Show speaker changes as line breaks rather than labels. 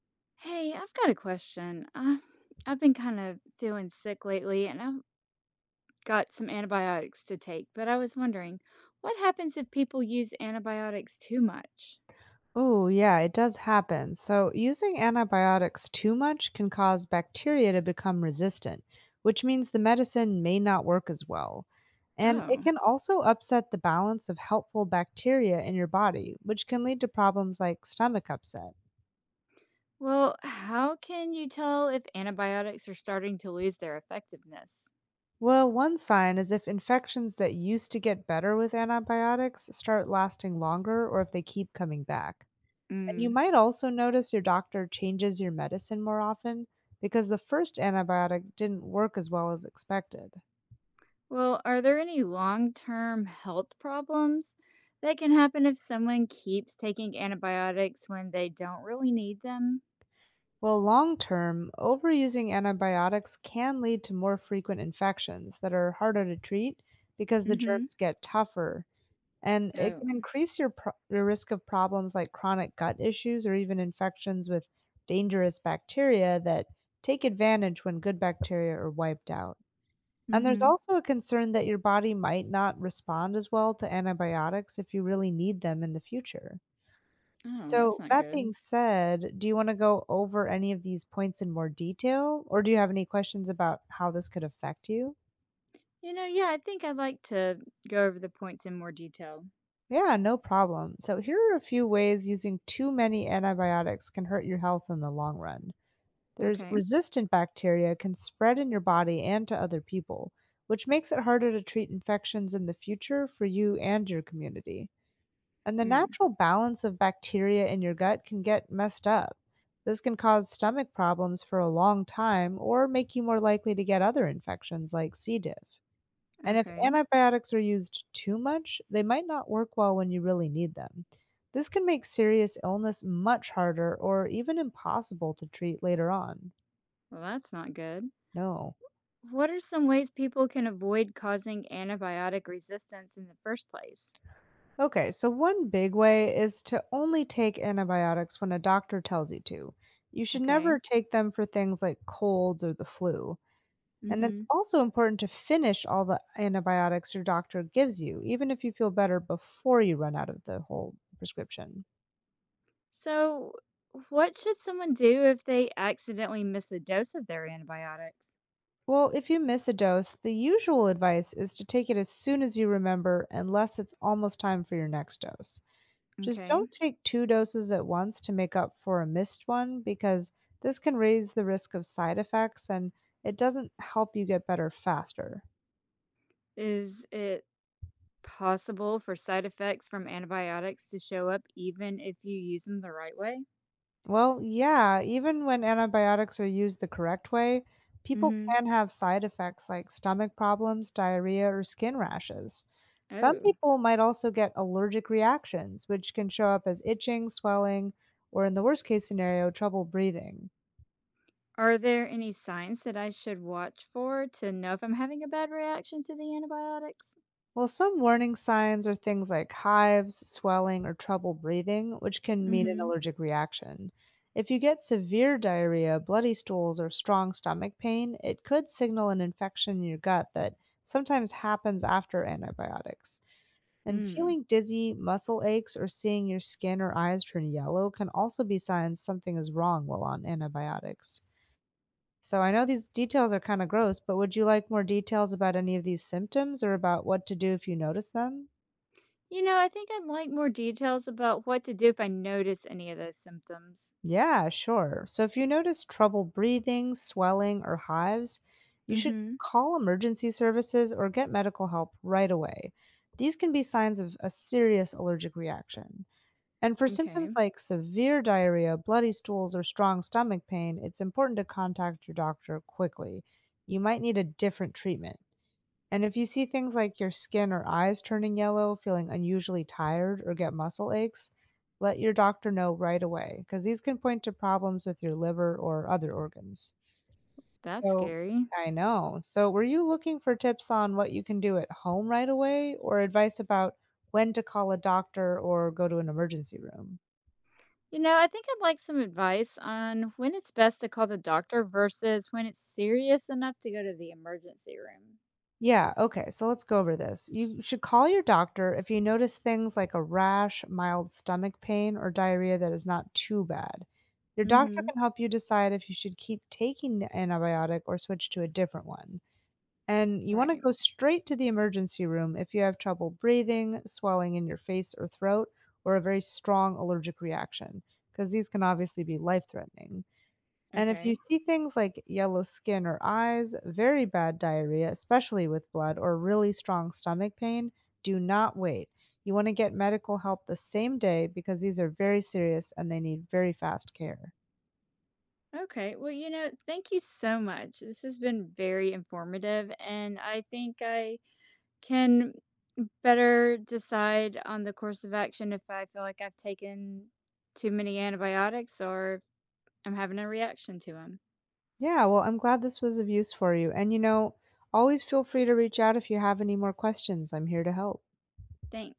Hey, I've got a question. I've been kind of feeling sick lately and I've got some antibiotics to take, but I was wondering what happens if people use antibiotics too much?
Oh, yeah, it does happen. So, using antibiotics too much can cause bacteria to become resistant, which means the medicine may not work as well. And it
Oh,
can also upset the balance of helpful bacteria in your body, which can lead to problems like stomach upset.
well, how can you tell if antibiotics are starting to lose their effectiveness?
Well, one sign is if infections that used to get better with antibiotics start lasting longer or if they keep coming back. And you
Mm.
might also notice your doctor changes your medicine more often because the first antibiotic didn't work as well as expected.
Well, are there any long term health problems that can happen if someone keeps taking antibiotics when they don't really need them?
Well, long term, overusing antibiotics can lead to more frequent infections that are harder to treat because
Mm
the
hmm.
germs get tougher. And it can
Oh.
increase your risk of problems like chronic gut issues or even infections with dangerous bacteria that take advantage when good bacteria are wiped out.
Mm
And there's
hmm.
also a concern that your body might not respond as well to antibiotics if you really need them in the future.
Oh, that's
So,
not
that
good.
being said, do you want to go over any of these points in more detail, or do you have any questions about how this could affect you?
Yeah, I think I'd like to go over the points in more detail.
Yeah, no problem. So, here are a few ways using too many antibiotics can hurt your health in the long run. There's
Okay.
resistant bacteria can spread in your body and to other people, which makes it harder to treat infections in the future for you and your community. And the
Mm,
natural balance of bacteria in your gut can get messed up. This can cause stomach problems for a long time or make you more likely to get other infections like C. diff. And if
okay.
antibiotics are used too much, they might not work well when you really need them. This can make serious illness much harder or even impossible to treat later on.
Well, that's not good.
No.
What are some ways people can avoid causing antibiotic resistance in the first place?
Okay, so one big way is to only take antibiotics when a doctor tells you to. You should
Okay.
never take them for things like colds or the flu. And it's
Mm-hmm.
also important to finish all the antibiotics your doctor gives you, even if you feel better before you run out of the whole prescription.
So, what should someone do if they accidentally miss a dose of their antibiotics?
Well, if you miss a dose, the usual advice is to take it as soon as you remember, unless it's almost time for your next dose. Just
Okay.
don't take two doses at once to make up for a missed one because this can raise the risk of side effects and it doesn't help you get better faster.
Is it possible for side effects from antibiotics to show up even if you use them the right way?
Well, yeah, even when antibiotics are used the correct way, people
Mm-hmm.
can have side effects like stomach problems, diarrhea, or skin rashes. Some
Oh.
people might also get allergic reactions, which can show up as itching, swelling, or in the worst case scenario, trouble breathing.
Are there any signs that I should watch for to know if I'm having a bad reaction to the antibiotics?
Well, some warning signs are things like hives, swelling, or trouble breathing, which can mean an
Mhm.
allergic reaction. If you get severe diarrhea, bloody stools, or strong stomach pain, it could signal an infection in your gut that sometimes happens after antibiotics. And
Mm.
feeling dizzy, muscle aches, or seeing your skin or eyes turn yellow can also be signs something is wrong while on antibiotics. So I know these details are kind of gross, but would you like more details about any of these symptoms or about what to do if you notice them?
I think I'd like more details about what to do if I notice any of those symptoms.
Yeah, sure. So if you notice trouble breathing, swelling, or hives, you should
Mhm.
call emergency services or get medical help right away. These can be signs of a serious allergic reaction. And for
Okay.
symptoms like severe diarrhea, bloody stools, or strong stomach pain, it's important to contact your doctor quickly. You might need a different treatment. And if you see things like your skin or eyes turning yellow, feeling unusually tired, or get muscle aches, let your doctor know right away because these can point to problems with your liver or other organs.
That's
So,
scary.
I know. So, were you looking for tips on what you can do at home right away or advice about when to call a doctor or go to an emergency room?
I think I'd like some advice on when it's best to call the doctor versus when it's serious enough to go to the emergency room.
Yeah, okay, so let's go over this. You should call your doctor if you notice things like a rash, mild stomach pain, or diarrhea that is not too bad. Your doctor
Mhm.
can help you decide if you should keep taking the antibiotic or switch to a different one. And you want to
Right.
go straight to the emergency room if you have trouble breathing, swelling in your face or throat, or a very strong allergic reaction, because these can obviously be life threatening. And if you
Okay.
see things like yellow skin or eyes, very bad diarrhea, especially with blood, or really strong stomach pain, do not wait. You want to get medical help the same day because these are very serious and they need very fast care.
Okay. Well, you know, thank you so much. This has been very informative, and I think I can better decide on the course of action if I feel like I've taken too many antibiotics or I'm having a reaction to them.
Yeah, well, I'm glad this was of use for you. And you know, always feel free to reach out if you have any more questions. I'm here to help.
Thanks.